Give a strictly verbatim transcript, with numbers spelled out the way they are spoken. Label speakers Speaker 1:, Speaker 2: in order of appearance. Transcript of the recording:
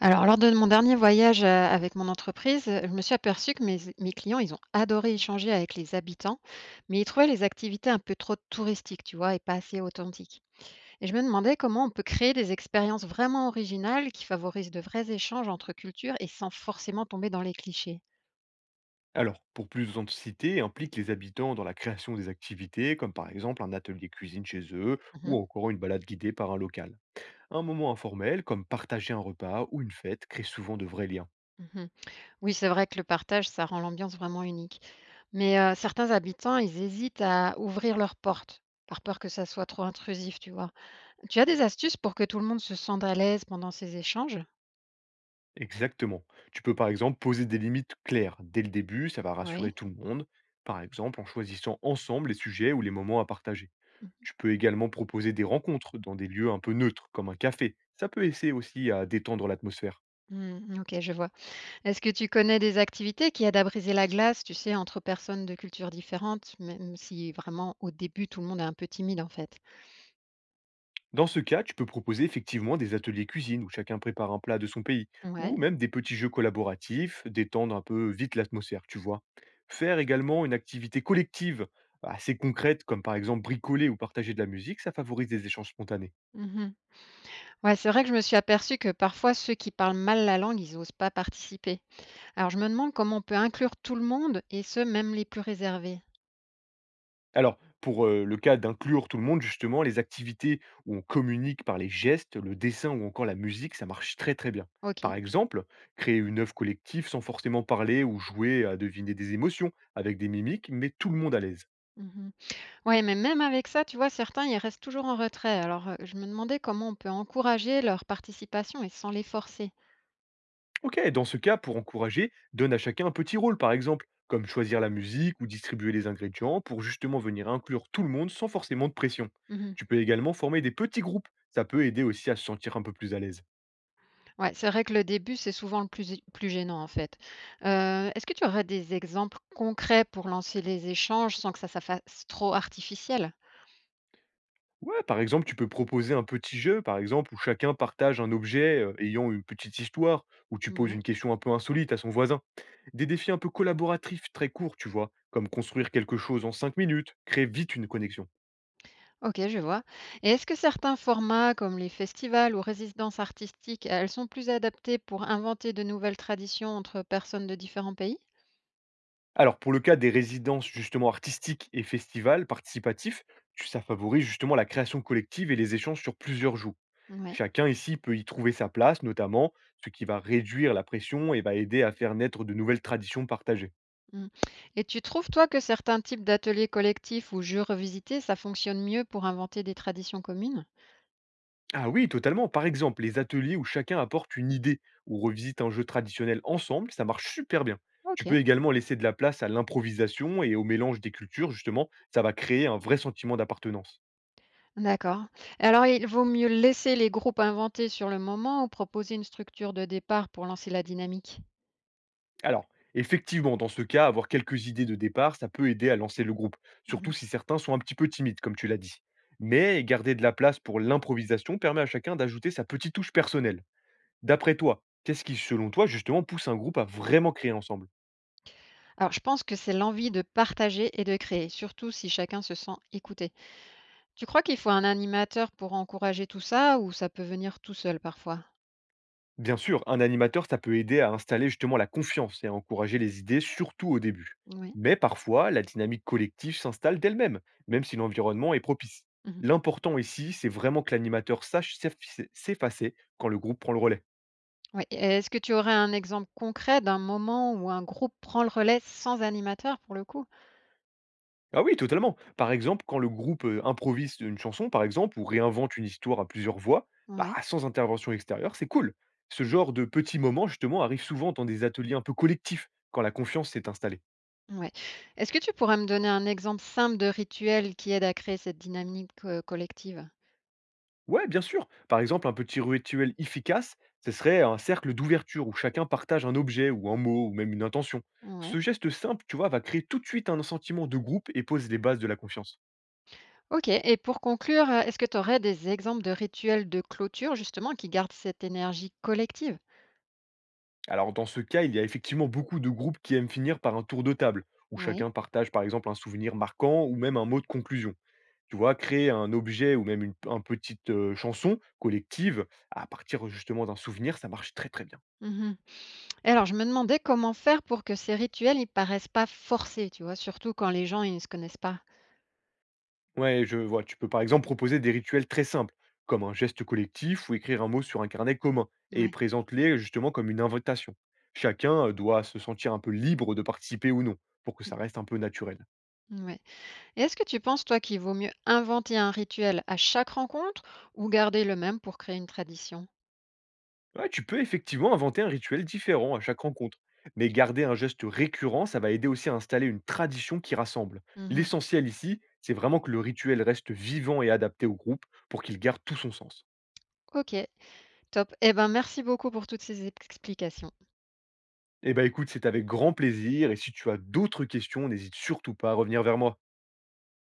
Speaker 1: Alors, lors de mon dernier voyage euh, avec mon entreprise, euh, je me suis aperçue que mes, mes clients, ils ont adoré échanger avec les habitants, mais ils trouvaient les activités un peu trop touristiques, tu vois, et pas assez authentiques. Et je me demandais comment on peut créer des expériences vraiment originales qui favorisent de vrais échanges entre cultures et sans forcément tomber dans les clichés.
Speaker 2: Alors, pour plus d'authenticité, implique les habitants dans la création des activités, comme par exemple un atelier cuisine chez eux, ou
Speaker 1: Mhm,
Speaker 2: encore une balade guidée par un local. Un moment informel, comme partager un repas ou une fête, crée souvent de vrais liens.
Speaker 1: mhm. Oui, c'est vrai que le partage, ça rend l'ambiance vraiment unique. Mais euh, certains habitants, ils hésitent à ouvrir leurs portes, par peur que ça soit trop intrusif, tu vois. Tu as des astuces pour que tout le monde se sente à l'aise pendant ces échanges?
Speaker 2: Exactement. Tu peux par exemple poser des limites claires dès le début, ça va
Speaker 1: Oui.
Speaker 2: rassurer tout le monde, par exemple en choisissant ensemble les sujets ou les moments à partager. Tu peux également proposer des rencontres dans des lieux un peu neutres, comme un café. Ça peut essayer aussi à détendre l'atmosphère.
Speaker 1: Mmh, mmh, OK, je vois. Est-ce que tu connais des activités qui aident à briser la glace, tu sais, entre personnes de cultures différentes, même si vraiment au début tout le monde est un peu timide en fait?
Speaker 2: Dans ce cas, tu peux proposer effectivement des ateliers cuisine où chacun prépare un plat de son pays,
Speaker 1: Ouais.
Speaker 2: ou même des petits jeux collaboratifs, détendre un peu vite l'atmosphère, tu vois. Faire également une activité collective assez concrète, comme par exemple bricoler ou partager de la musique, ça favorise des échanges spontanés.
Speaker 1: Mmh. Ouais, c'est vrai que je me suis aperçue que parfois ceux qui parlent mal la langue, ils n'osent pas participer. Alors je me demande comment on peut inclure tout le monde et ceux même les plus réservés.
Speaker 2: Alors, pour euh, le cas d'inclure tout le monde, justement, les activités où on communique par les gestes, le dessin ou encore la musique, ça marche très très bien.
Speaker 1: OK.
Speaker 2: Par exemple, créer une œuvre collective sans forcément parler ou jouer à deviner des émotions avec des mimiques, mais tout le monde à l'aise.
Speaker 1: Mmh. Ouais, mais même avec ça, tu vois, certains, ils restent toujours en retrait. Alors, heu, je me demandais comment on peut encourager leur participation et sans les forcer?
Speaker 2: Ok, dans ce cas, pour encourager, donne à chacun un petit rôle, par exemple, comme choisir la musique ou distribuer les ingrédients pour justement venir inclure tout le monde sans forcément de pression.
Speaker 1: Mmh.
Speaker 2: Tu peux également former des petits groupes, ça peut aider aussi à se sentir un peu plus à l'aise.
Speaker 1: Ouais, c'est vrai que le début, c'est souvent le plus plus gênant, en fait. Heu, est-ce que tu aurais des exemples concrets pour lancer les échanges sans que ça ça fasse trop artificiel?
Speaker 2: Ouais, par exemple, tu peux proposer un petit jeu, par exemple, où chacun partage un objet euh, ayant une petite histoire, ou tu poses
Speaker 1: Ouais.
Speaker 2: une question un peu insolite à son voisin. Des défis un peu collaboratifs très courts, tu vois, comme construire quelque chose en cinq minutes, créer vite une connexion.
Speaker 1: OK, je vois. Et est-ce que certains formats, comme les festivals ou résidences artistiques, elles sont plus adaptées pour inventer de nouvelles traditions entre personnes de différents pays?
Speaker 2: Alors, pour le cas des résidences justement artistiques et festivals participatifs, tu- ça favorise justement la création collective et les échanges sur plusieurs jours.
Speaker 1: Ouais.
Speaker 2: Chacun ici peut y trouver sa place, notamment, ce qui va réduire la pression et va aider à faire naître de nouvelles traditions partagées.
Speaker 1: Mmh. Et tu trouves, toi, que certains types d'ateliers collectifs ou jeux revisités, ça fonctionne mieux pour inventer des traditions communes?
Speaker 2: Ah oui, totalement. Par exemple, les ateliers où chacun apporte une idée ou revisite un jeu traditionnel ensemble, ça marche super bien. Tu
Speaker 1: OK,
Speaker 2: peux également laisser de la place à l'improvisation et au mélange des cultures, justement, ça va créer un vrai sentiment d'appartenance.
Speaker 1: d'accord. Et alors, il vaut mieux laisser les groupes inventer sur le moment ou proposer une structure de départ pour lancer la dynamique?
Speaker 2: Alors, effectivement, dans ce cas, avoir quelques idées de départ, ça peut aider à lancer le groupe,
Speaker 1: Mmh.
Speaker 2: surtout si certains sont un petit peu timides, comme tu l'as dit. Mais garder de la place pour l'improvisation permet à chacun d'ajouter sa petite touche personnelle. D'après toi, qu'est-ce qui, selon toi, justement, pousse un groupe à vraiment créer ensemble?
Speaker 1: Alors, je pense que c'est l'envie de partager et de créer, surtout si chacun se sent écouté. Tu crois qu'il faut un animateur pour encourager tout ça ou ça peut venir tout seul parfois?
Speaker 2: Bien sûr, un animateur, ça peut aider à installer justement la confiance et à encourager les idées, surtout au début.
Speaker 1: Oui.
Speaker 2: Mais parfois, la dynamique collective s'installe d'elle-même, même si l'environnement est propice.
Speaker 1: Mmh.
Speaker 2: L'important ici, c'est vraiment que l'animateur sache s'effi- s'effacer quand le groupe prend le relais.
Speaker 1: Oui, et est-ce que tu aurais un exemple concret d'un moment où un groupe prend le relais sans animateur pour le coup?
Speaker 2: Ah oui, totalement. Par exemple, quand le groupe euh, improvise une chanson, par exemple, ou réinvente une histoire à plusieurs voix, bah,
Speaker 1: Ouais.
Speaker 2: sans intervention extérieure, c'est cool. Ce genre de petits moments, justement, arrive souvent dans des ateliers un peu collectifs, quand la confiance s'est installée.
Speaker 1: Ouais. Est-ce que tu pourrais me donner un exemple simple de rituel qui aide à créer cette dynamique, heu, collective?
Speaker 2: Ouais, bien sûr. Par exemple, un petit rituel efficace, ce serait un cercle d'ouverture où chacun partage un objet ou un mot ou même une intention.
Speaker 1: Ouais.
Speaker 2: Ce geste simple, tu vois, va créer tout de suite un sentiment de groupe et pose les bases de la confiance.
Speaker 1: OK, et pour conclure, heu, est-ce que tu aurais des exemples de rituels de clôture justement qui gardent cette énergie collective?
Speaker 2: Alors, dans ce cas, il y a effectivement beaucoup de groupes qui aiment finir par un tour de table, où
Speaker 1: Oui.
Speaker 2: chacun partage par exemple un souvenir marquant ou même un mot de conclusion. Tu vois, créer un objet ou même une, un petite euh, chanson collective à partir justement d'un souvenir, ça marche très très bien.
Speaker 1: Mmh. Et alors je me demandais comment faire pour que ces rituels, ils paraissent pas forcés, tu vois? Surtout quand les gens, ils ne se connaissent pas.
Speaker 2: Ouais, je vois. Tu peux par exemple proposer des rituels très simples, comme un geste collectif ou écrire un mot sur un carnet commun, et
Speaker 1: Ouais.
Speaker 2: présente-les justement comme une invitation. Chacun euh, doit se sentir un peu libre de participer ou non, pour que ça reste un peu naturel.
Speaker 1: Mmh, ouais. Et est-ce que tu penses, toi, qu'il vaut mieux inventer un rituel à chaque rencontre ou garder le même pour créer une tradition?
Speaker 2: Ouais, tu peux effectivement inventer un rituel différent à chaque rencontre, mais garder un geste récurrent, ça va aider aussi à installer une tradition qui rassemble.
Speaker 1: Mmh.
Speaker 2: L'essentiel ici, c'est vraiment que le rituel reste vivant et adapté au groupe pour qu'il garde tout son sens.
Speaker 1: OK, top. Et ben, merci beaucoup pour toutes ces ex- explications.
Speaker 2: Eh ben, écoute, c'est avec grand plaisir et si tu as d'autres questions, n'hésite surtout pas à revenir vers moi.